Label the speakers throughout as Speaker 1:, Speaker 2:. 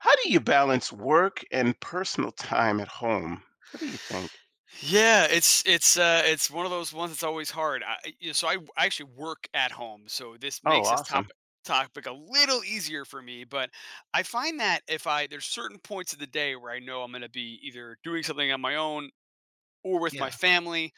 Speaker 1: How do you balance work and personal time at home? What do you think?
Speaker 2: Yeah, it's one of those ones that's always hard. I actually work at home, so this
Speaker 1: Oh,
Speaker 2: makes this
Speaker 1: awesome.
Speaker 2: topic a little easier for me. But I find that if I there's certain points of the day where I know I'm going to be either doing something on my own or with my
Speaker 1: Yeah.
Speaker 2: family.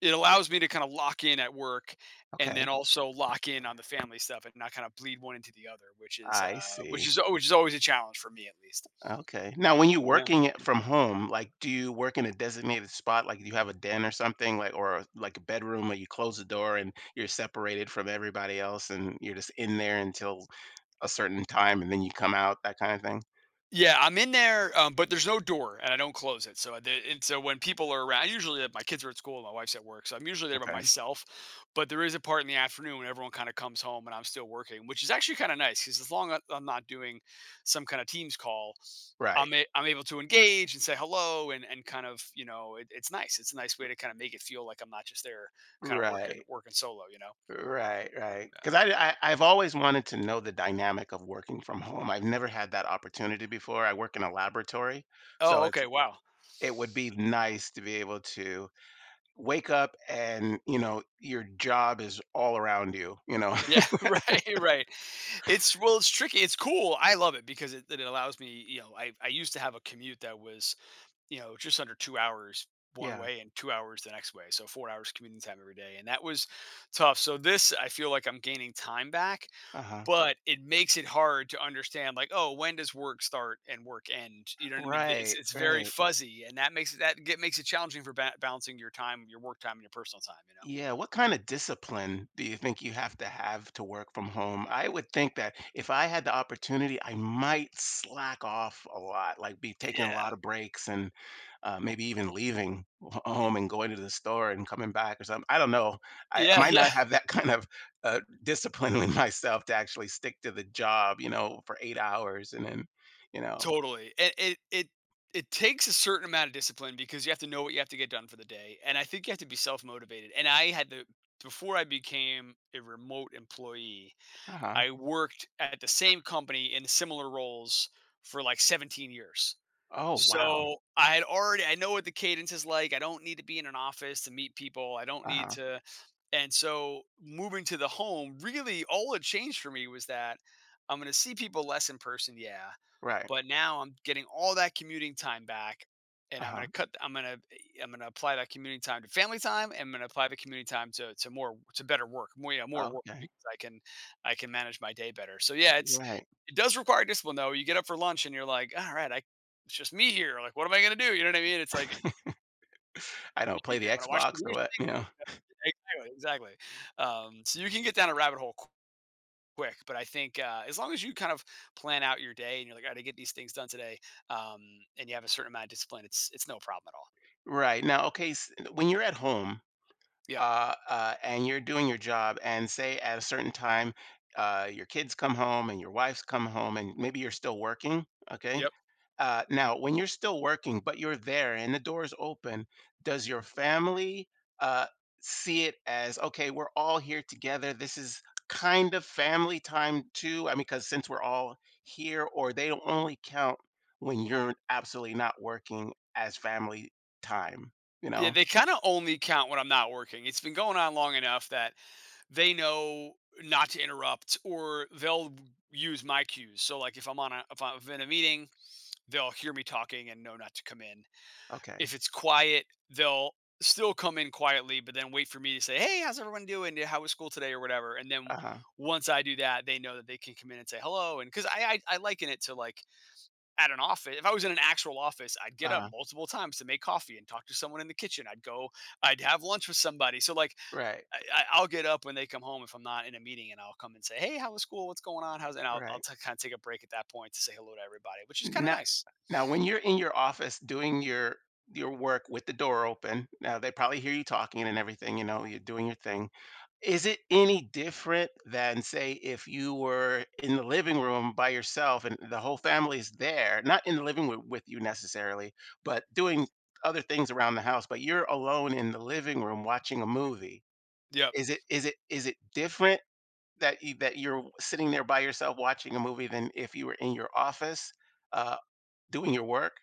Speaker 2: It allows me to kind of lock in at work and
Speaker 1: Okay.
Speaker 2: then also lock in on the family stuff and not kind of bleed one into the other, which is
Speaker 1: I see.
Speaker 2: always a challenge for me at least.
Speaker 1: Okay. Now, when you're
Speaker 2: Yeah.
Speaker 1: working it from home, like, do you work in a designated spot? Like, do you have a den or something, like, or like a bedroom where you close the door and you're separated from everybody else and you're just in there until a certain time and then you come out, that kind of thing?
Speaker 2: Yeah, I'm in there, but there's no door, and I don't close it. So, and so when people are around, usually my kids are at school, my wife's at work, so I'm usually there by
Speaker 1: Okay.
Speaker 2: myself. But there is a part in the afternoon when everyone kind of comes home, and I'm still working, which is actually kind of nice because as long as I'm not doing some kind of Teams call,
Speaker 1: Right.
Speaker 2: I'm able to engage and say hello, and kind of it's nice. It's a nice way to kind of make it feel like I'm not just there, kind of working
Speaker 1: Right.
Speaker 2: working solo, you know.
Speaker 1: Right, right. 'Cause I've always wanted to know the dynamic of working from home. I've never had that opportunity before. I work in a laboratory, so
Speaker 2: Oh, okay, wow.
Speaker 1: it would be nice to be able to wake up and, you know, your job is all around you, you know?
Speaker 2: Yeah, right, right. It's tricky. It's cool. I love it because it allows me, you know, I used to have a commute that was, you know, just under 2 hours one
Speaker 1: Yeah.
Speaker 2: way and 2 hours the next way. So 4 hours commuting time every day. And that was tough. So this, I feel like I'm gaining time back,
Speaker 1: Uh-huh.
Speaker 2: but it makes it hard to understand, like, oh, when does work start and work end? You know what I mean?
Speaker 1: Right,
Speaker 2: It's very
Speaker 1: right.
Speaker 2: fuzzy. And that makes makes it challenging for balancing your time, your work time, and your personal time, you
Speaker 1: Yeah, what kind of discipline do you think you have to work from home? I would think that if I had the opportunity, I might slack off a lot, like be
Speaker 2: know?
Speaker 1: taking a lot
Speaker 2: Yeah.
Speaker 1: of breaks and maybe even leaving home and going to the store and coming back or something. I don't know. I
Speaker 2: Yeah.
Speaker 1: might
Speaker 2: Yeah.
Speaker 1: not have that kind of discipline in myself to actually stick to the job, you know, for 8 hours and then, you know.
Speaker 2: Totally. And it takes a certain amount of discipline because you have to know what you have to get done for the day. And I think you have to be self-motivated. And I had the before I became a remote employee,
Speaker 1: Uh huh.
Speaker 2: I worked at the same company in similar roles for like 17 years.
Speaker 1: Oh, wow.
Speaker 2: So I had already I know what the cadence is like. I don't need to be in an office to meet people. I don't
Speaker 1: Uh
Speaker 2: need
Speaker 1: huh.
Speaker 2: to And so moving to the home, really all it changed for me was that I'm going to see people less in person, yeah,
Speaker 1: Right.
Speaker 2: but now I'm getting all that commuting time back, and
Speaker 1: Uh huh.
Speaker 2: I'm going to, I'm going to apply that commuting time to family time, and I'm going to apply the commuting time to more to better work, more work
Speaker 1: Okay.
Speaker 2: because I can manage my day better. So yeah, it's
Speaker 1: Right.
Speaker 2: it does require discipline though. You get up for lunch and you're like, all right, I it's just me here. Like, what am I going to do? You know what I mean? It's like
Speaker 1: I don't play
Speaker 2: you
Speaker 1: the
Speaker 2: can, but I watch TV
Speaker 1: Xbox
Speaker 2: or
Speaker 1: or what,
Speaker 2: something.
Speaker 1: you know.
Speaker 2: Exactly, exactly. So you can get down a rabbit hole quick, but I think as long as you kind of plan out your day and you're like, "I got to get these things done today," um, and you have a certain amount of discipline, it's no problem at all.
Speaker 1: Right. Now, okay, s when you're at home,
Speaker 2: Yep,
Speaker 1: and you're doing your job, and say at a certain time, your kids come home and your wife's come home, and maybe you're still working, okay?
Speaker 2: yep.
Speaker 1: Now, when you're still working, but you're there and the door is open, does your family, uh, see it as okay? We're all here together. This is kind of family time too. I mean, because since we're all here, or they don't only count when you're absolutely not working as family time. You
Speaker 2: Yeah,
Speaker 1: know?
Speaker 2: they kind of only count when I'm not working. It's been going on long enough that they know not to interrupt, or they'll use my cues. So like if I'm in a meeting, they'll hear me talking and know not to come in.
Speaker 1: Okay.
Speaker 2: If it's quiet, they'll still come in quietly, but then wait for me to say, "Hey, how's everyone doing? How was school today?" or whatever. And then
Speaker 1: Uh huh.
Speaker 2: once I do that, they know that they can come in and say hello. And because I liken it to like at an office. If I was in an actual office, I'd get
Speaker 1: Uh
Speaker 2: up
Speaker 1: huh.
Speaker 2: multiple times to make coffee and talk to someone in the kitchen. I'd have lunch with somebody. So like
Speaker 1: Right.
Speaker 2: I'll get up when they come home if I'm not in a meeting, and I'll come and say, "Hey, how was school? What's going on? How's?" And
Speaker 1: Right.
Speaker 2: kind of take a break at that point to say hello to everybody, which is kind of
Speaker 1: Now,
Speaker 2: nice.
Speaker 1: now when you're in your office doing your work with the door open, now they probably hear you talking and everything, you know, you're doing your thing. Is it any different than, say, if you were in the living room by yourself and the whole family's there, not in the living room with you necessarily, but doing other things around the house, but you're alone in the living room watching a movie.
Speaker 2: Yep.
Speaker 1: Is it different that you're sitting there by yourself watching a movie than if you were in your office? Uh, Doing your work?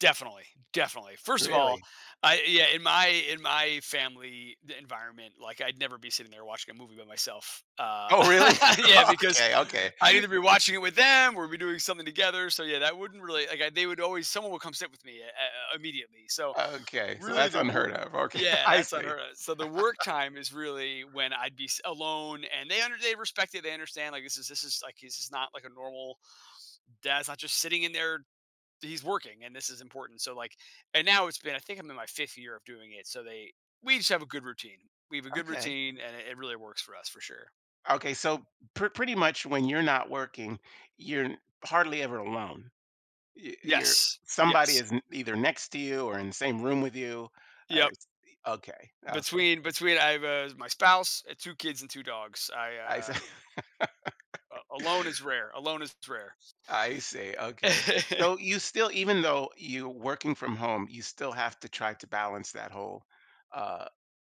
Speaker 2: Definitely, definitely. First of all,
Speaker 1: Really?
Speaker 2: I yeah, in my family environment, like I'd never be sitting there watching a movie by myself.
Speaker 1: Oh, really?
Speaker 2: Yeah, because
Speaker 1: Okay, okay,
Speaker 2: I'd either be watching it with them or be doing something together. So yeah, that wouldn't really like they would always someone would come sit with me immediately. So
Speaker 1: okay, so
Speaker 2: really,
Speaker 1: that's unheard of, okay,
Speaker 2: yeah,
Speaker 1: I
Speaker 2: that's
Speaker 1: see.
Speaker 2: unheard of. So the work time is really when I'd be alone, and they respect it. They understand like this is not like a normal. Dad's not just sitting in there, he's working and this is important. So like, and now it's been, I think I'm in my 5th year of doing it. So they, we just have a good routine. We have a good
Speaker 1: Okay,
Speaker 2: routine and it really works for us for sure.
Speaker 1: okay, so pretty much when you're not working, you're hardly ever alone. Y You're
Speaker 2: Yes.
Speaker 1: somebody
Speaker 2: Yes.
Speaker 1: is n either next to you or in the same room with you or
Speaker 2: Yep.
Speaker 1: s okay, I see,
Speaker 2: I have my spouse, two kids and two dogs.
Speaker 1: I see.
Speaker 2: A- alone is rare. Alone is rare.
Speaker 1: I see, okay, so you still even though you're working from home, you still have to try to balance that whole, uh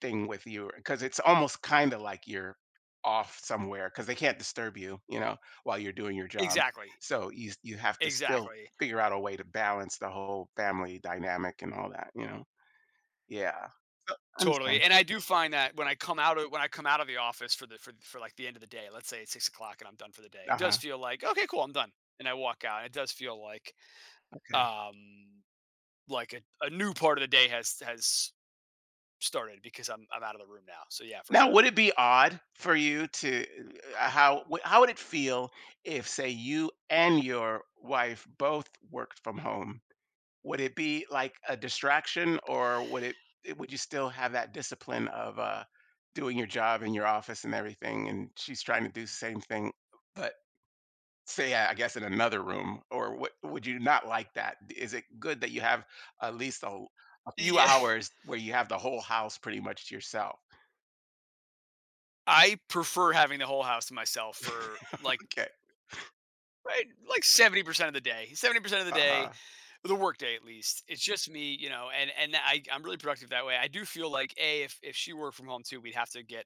Speaker 1: thing with you because it's almost kind of like you're off somewhere because they can't disturb you, you know, while you're doing your job.
Speaker 2: exactly.
Speaker 1: So you you have to still
Speaker 2: Exactly.
Speaker 1: figure out a way to balance the whole family dynamic and all that, you know. Yeah, so, I
Speaker 2: Totally.
Speaker 1: understand.
Speaker 2: And I do find that when I come out of, the office for for like the end of the day, let's say it's 6 o'clock and I'm done for the day,
Speaker 1: Uh
Speaker 2: it does
Speaker 1: huh.
Speaker 2: feel like, okay, cool. I'm done. And I walk out and it does feel
Speaker 1: Okay.
Speaker 2: um like a new part of the day has started because I'm out of the room now. So yeah, for
Speaker 1: Now,
Speaker 2: sure.
Speaker 1: would it be odd for you to how how would it feel if, say, you and your wife both worked from home? Would it be like a distraction or would it would you still have that discipline of, doing your job in your office and everything, and she's trying to do the same thing, but say, I guess, in another room? Or would you not like that? Is it good that you have at least a few
Speaker 2: Yeah.
Speaker 1: hours where you have the whole house pretty much to yourself?
Speaker 2: I prefer having the whole house to myself for like
Speaker 1: Okay.
Speaker 2: right like 70% of the day. 70% of the day,
Speaker 1: Uh-huh.
Speaker 2: the workday at least, it's just me, you know, and I'm really productive that way. I do feel like a if she worked from home too, we'd have to get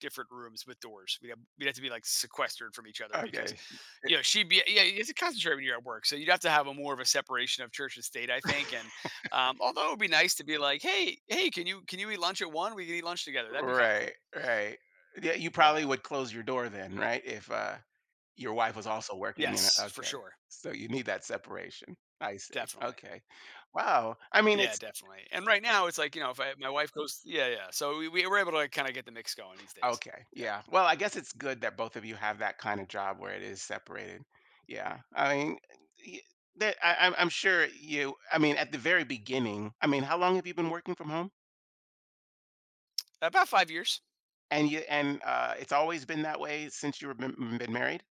Speaker 2: different rooms with doors. We'd have to be like sequestered from each other because
Speaker 1: Okay.
Speaker 2: you know she'd be yeah, you have to concentrate when you're at work, so you'd have to have a more of a separation of church and state, I think. And although it would be nice to be like, hey, can you eat lunch at one, we can eat lunch together, that'd be kind of
Speaker 1: Right,
Speaker 2: cool.
Speaker 1: right. Yeah, you probably
Speaker 2: Yeah,
Speaker 1: would close your door then, right? If, your wife was also working in a,
Speaker 2: yes, for
Speaker 1: okay.
Speaker 2: sure.
Speaker 1: So you need that separation. I see.
Speaker 2: Definitely.
Speaker 1: Okay. Wow. I mean,
Speaker 2: Yeah,
Speaker 1: it's
Speaker 2: definitely. And right now, it's like, you know, if I, my wife goes, yeah, yeah. So we were able to like, kind of get the mix going these days.
Speaker 1: okay.
Speaker 2: Yeah.
Speaker 1: Yeah. Well, I guess it's good that both of you have that kind of job where it is separated. Yeah. I mean, y- that I'm sure you. I mean, at the very beginning. I mean, how long have you been working from home?
Speaker 2: About 5 years.
Speaker 1: And you and it's always been that way since you were been married.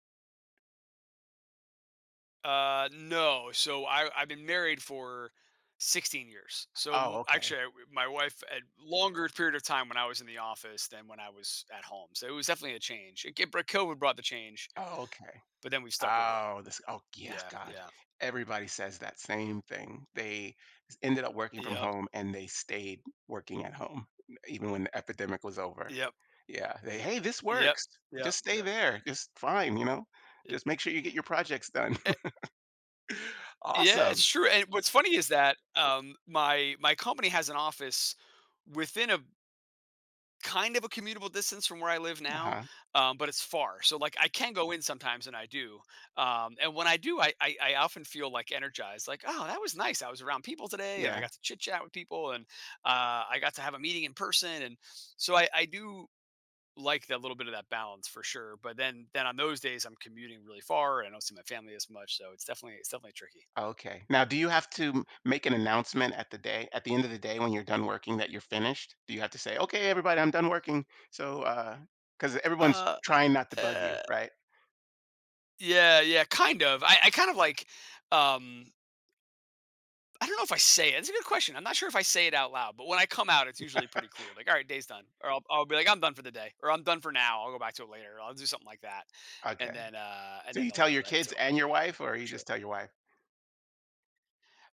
Speaker 2: No. So I've been married for 16 years. So
Speaker 1: Oh, okay.
Speaker 2: actually, my wife had longer period of time when I was in the office than when I was at home. So it was definitely a change. But COVID brought the change,
Speaker 1: Oh, okay.
Speaker 2: but then we've stuck with it.
Speaker 1: Oh, this oh, yeah,
Speaker 2: Yeah.
Speaker 1: God.
Speaker 2: Yeah.
Speaker 1: Everybody says that same thing. They ended up working from
Speaker 2: Yep.
Speaker 1: home and they stayed working at home even when the epidemic was over.
Speaker 2: Yep.
Speaker 1: Yeah, they, "Hey, this
Speaker 2: Yep.
Speaker 1: works.
Speaker 2: Yep.
Speaker 1: Just stay
Speaker 2: Yep.
Speaker 1: there. Just fine, you know? Just make sure you get your projects done."
Speaker 2: It, Yeah,
Speaker 1: Awesome.
Speaker 2: it's true, and what's funny is that, my my company has an office within a kind of a commutable distance from where I live now,
Speaker 1: Uh-huh.
Speaker 2: but it's far, so, like, I can go in sometimes, and I do, and when I do, I often feel, like, energized, like, "Oh, that was nice, I was around people today, and I
Speaker 1: Yeah.
Speaker 2: got to chit-chat with people, and, I got to have a meeting in person," and so I do like that little bit of that balance for sure, but then on those days, I'm commuting really far, and I don't see my family as much, so it's definitely, it's definitely tricky.
Speaker 1: Okay. Now, do you have to make an announcement at the day, at the end of the day when you're done working that you're finished? Do you have to say, "Okay, everybody, I'm done working." So, because everyone's
Speaker 2: Uh,
Speaker 1: trying not to bug you,
Speaker 2: uh
Speaker 1: right?
Speaker 2: Yeah, yeah, kind of. I kind of like, um, I don't know if I say it. It's a good question. I'm not sure if I say it out loud, but when I come out, it's usually pretty clear. Like, all right, day's done, or I'll be like, I'm done for the day, or I'm done for now. I'll go back to it later. Or I'll do something like that,
Speaker 1: Okay.
Speaker 2: and
Speaker 1: So
Speaker 2: then
Speaker 1: you
Speaker 2: they'll
Speaker 1: tell your
Speaker 2: know that it's
Speaker 1: kids
Speaker 2: over.
Speaker 1: and
Speaker 2: Yeah,
Speaker 1: your
Speaker 2: yeah,
Speaker 1: wife, or
Speaker 2: for
Speaker 1: you
Speaker 2: sure.
Speaker 1: just tell your wife?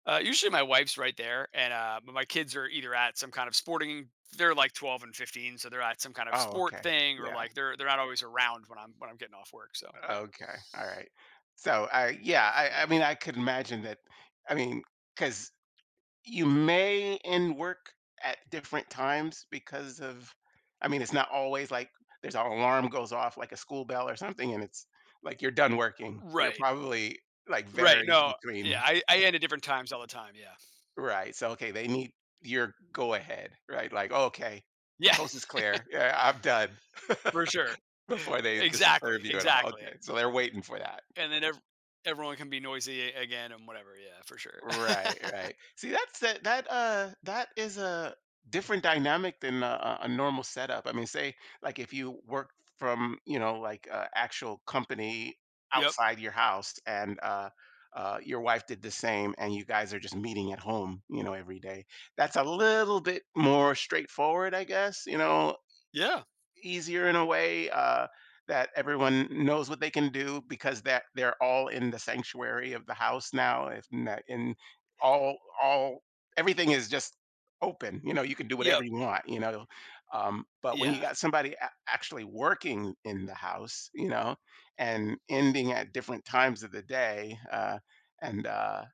Speaker 2: Usually my wife's right there, and but my kids are either at some kind of sporting. They're like 12 and 15, so they're at some kind of
Speaker 1: Oh,
Speaker 2: sport
Speaker 1: okay.
Speaker 2: thing, or
Speaker 1: Yeah.
Speaker 2: like they're not always around when I'm getting off work. So yeah,
Speaker 1: Okay. All right. So I
Speaker 2: yeah,
Speaker 1: yeah, I
Speaker 2: yeah,
Speaker 1: mean I could imagine that I mean, because you may end work at different times because of I mean, it's not always like there's an alarm goes off like a school bell or something and it's like you're done working. You're
Speaker 2: right.
Speaker 1: probably like
Speaker 2: Right,
Speaker 1: varies
Speaker 2: no. Yeah,
Speaker 1: between
Speaker 2: I end at different times all the time, yeah.
Speaker 1: right. So okay, they need your go ahead, right? Like, okay,
Speaker 2: Yeah,
Speaker 1: coast is clear. Yeah, I'm done.
Speaker 2: for sure.
Speaker 1: Before they disturb
Speaker 2: Exactly,
Speaker 1: you at all,
Speaker 2: exactly,
Speaker 1: okay, so they're waiting for that.
Speaker 2: and then ev everyone can be noisy a again and whatever, yeah, for sure.
Speaker 1: Right, right. See, that is a different dynamic than a normal setup. I mean, say, like, if you work from, you know, like, a actual company
Speaker 2: Yep.
Speaker 1: outside your house and, your wife did the same and you guys are just meeting at home, you know, every day. That's a little bit more straightforward, I guess, you know,
Speaker 2: Yeah.
Speaker 1: easier in a way, that everyone knows what they can do because that they're all in the sanctuary of the house now. If not, and all everything is just open. You know, you can do whatever
Speaker 2: Yep.
Speaker 1: you want. You know, but when you
Speaker 2: Yeah.
Speaker 1: got somebody actually working in the house, you know, and ending at different times of the day, and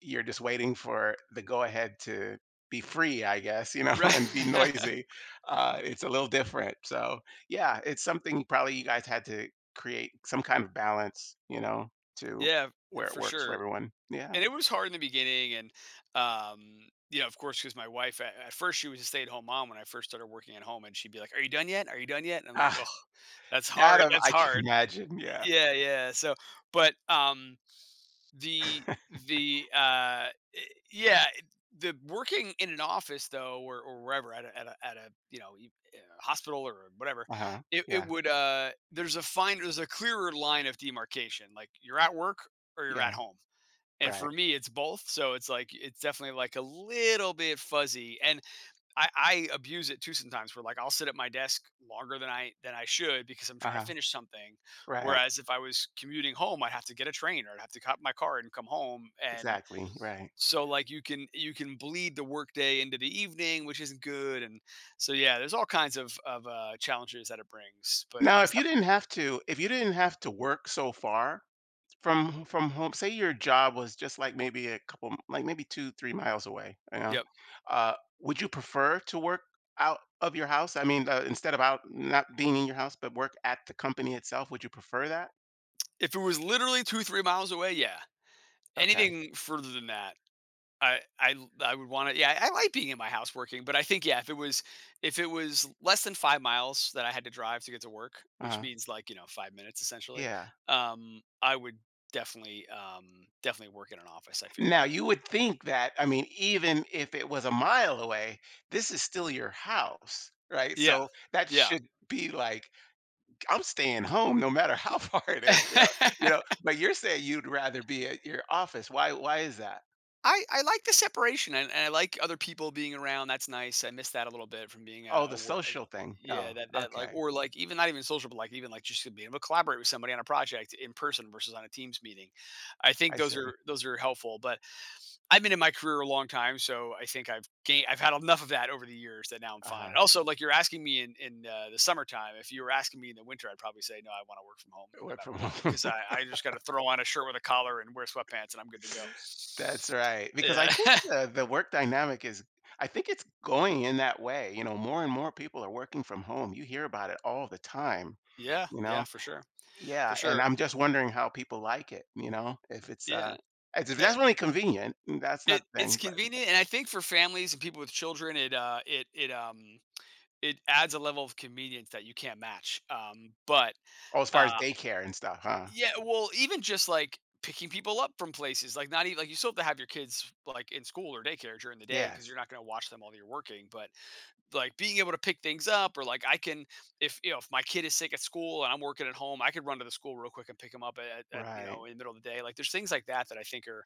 Speaker 1: you're just waiting for the go ahead to be free, I guess, you know, and be
Speaker 2: Right.
Speaker 1: noisy. It's a little different. So, yeah, it's something probably you guys had to create some kind of balance, you know, to
Speaker 2: Yeah,
Speaker 1: where it
Speaker 2: for
Speaker 1: works for
Speaker 2: sure,
Speaker 1: everyone. Yeah.
Speaker 2: and it was hard in the beginning and, you know, of course, because my wife at first, she was a stay-at-home mom when I first started working at home, and she'd be like, "Are you done yet? Are you done yet?" And I'm like, "Oh,
Speaker 1: Ah,
Speaker 2: that's
Speaker 1: that
Speaker 2: hard,
Speaker 1: of
Speaker 2: that's
Speaker 1: I can
Speaker 2: hard."
Speaker 1: imagine. Yeah.
Speaker 2: Yeah, yeah, so but, The the, eh, yeah, the working in an office though or wherever at a, you know, e a hospital or whatever,
Speaker 1: Uh huh.
Speaker 2: it
Speaker 1: Yeah.
Speaker 2: would, uh, there's a clearer line of demarcation, like, you're at work or you're at
Speaker 1: Yeah.
Speaker 2: home, and
Speaker 1: Right.
Speaker 2: for me, it's both, so it's, like, it's definitely, like, a little bit fuzzy, and I abuse it too sometimes where like I'll sit at my desk longer than I should because I'm
Speaker 1: Uh
Speaker 2: trying to
Speaker 1: huh.
Speaker 2: finish something.
Speaker 1: Right.
Speaker 2: Whereas if I was commuting home, I'd have to get a train or I'd have to cop my car and come home. And
Speaker 1: Exactly. Right.
Speaker 2: so like you can bleed the workday into the evening, which isn't good. And so yeah, there's all kinds of challenges that it brings. But
Speaker 1: Now,
Speaker 2: it's
Speaker 1: if you didn't have to, if you didn't have to work so far, from home, say your job was just, like, maybe a couple like, maybe 2, 3 miles away, you know?
Speaker 2: yep.
Speaker 1: Uh, would you prefer to work out of your house? I mean, instead of out not being in your house, but work at the company itself, would you prefer that?
Speaker 2: If it was literally 2 3 miles away, yeah.
Speaker 1: Okay.
Speaker 2: Anything further than that I would want to. Yeah, I like being in my house working, but I think yeah, if it was less than 5 miles that I had to drive to get to work, which
Speaker 1: uh
Speaker 2: means like you know 5 minutes essentially,
Speaker 1: Yeah.
Speaker 2: I would definitely definitely work in an office. I feel
Speaker 1: Now,
Speaker 2: like
Speaker 1: you would think that I mean, even if it was a mile away, this is still your house, right?
Speaker 2: yeah,
Speaker 1: So, that
Speaker 2: yeah.
Speaker 1: should be, like, I'm staying home no matter how far it is, you know? You know, but you're saying you'd rather be at your office. Why is that?
Speaker 2: I like the separation and I like other people being around. That's nice. I miss that a little bit from being
Speaker 1: Oh, the social thing.
Speaker 2: yeah
Speaker 1: Oh,
Speaker 2: that like
Speaker 1: okay.
Speaker 2: or like even not even social but like even like just being able to collaborate with somebody on a project in person versus on a Teams meeting. I think
Speaker 1: I
Speaker 2: those
Speaker 1: see.
Speaker 2: are those are helpful. But I've been in my career a long time, so I think I've had enough of that over the years that now I'm fine.
Speaker 1: Uh-huh.
Speaker 2: Also, like you're asking me in the summertime, if you were asking me in the winter, I'd probably say no, I want to work from home no
Speaker 1: Work
Speaker 2: matter
Speaker 1: from
Speaker 2: what, because
Speaker 1: home.
Speaker 2: I I just got to throw on a shirt with a collar and wear sweatpants and I'm good to go.
Speaker 1: That's right. Because I
Speaker 2: Yeah.
Speaker 1: think the work dynamic is I think it's going in that way. You know, more and more people are working from home. You hear about it all the time,
Speaker 2: Yeah,
Speaker 1: you
Speaker 2: yeah,
Speaker 1: know?
Speaker 2: for sure.
Speaker 1: Yeah,
Speaker 2: For
Speaker 1: and
Speaker 2: sure.
Speaker 1: I'm just wondering how people like it, you know? If it's
Speaker 2: Yeah.
Speaker 1: it's if
Speaker 2: It,
Speaker 1: that's really convenient, that's not
Speaker 2: it
Speaker 1: the
Speaker 2: it's
Speaker 1: thing, but
Speaker 2: convenient and I think for families and people with children it it adds a level of convenience that you can't match. But
Speaker 1: oh, as far as
Speaker 2: uh,
Speaker 1: daycare and stuff, huh?
Speaker 2: Yeah, well, even just like picking people up from places, like not even like you still have to have your kids like in school or daycare during the day because
Speaker 1: Yes.
Speaker 2: you're not going to watch them while you're working. But like being able to pick things up, or like I can, if you know, if my kid is sick at school and I'm working at home, I could run to the school real quick and pick them up at
Speaker 1: Right.
Speaker 2: in the middle of the day. Like there's things like that that I think are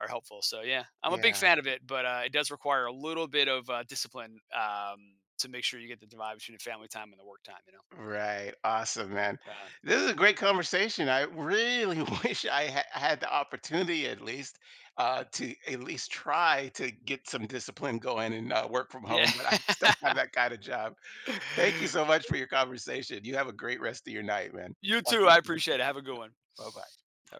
Speaker 2: are helpful. So yeah, I'm a big
Speaker 1: Yeah.
Speaker 2: fan of it, but it does require a little bit of discipline to make sure you get the divide between the family time and the work time. You know.
Speaker 1: Right. Awesome, man.
Speaker 2: Uh,
Speaker 1: This is a great conversation. I really wish I had the opportunity, at least, to at least try to get some discipline going and work from
Speaker 2: yeah.
Speaker 1: home, but I just don't have that kind of job. Thank you so much for your conversation. You have a great rest of your night, man.
Speaker 2: You
Speaker 1: Talk
Speaker 2: too.
Speaker 1: to you
Speaker 2: I
Speaker 1: soon.
Speaker 2: appreciate it. Have a good one.
Speaker 1: Bye bye.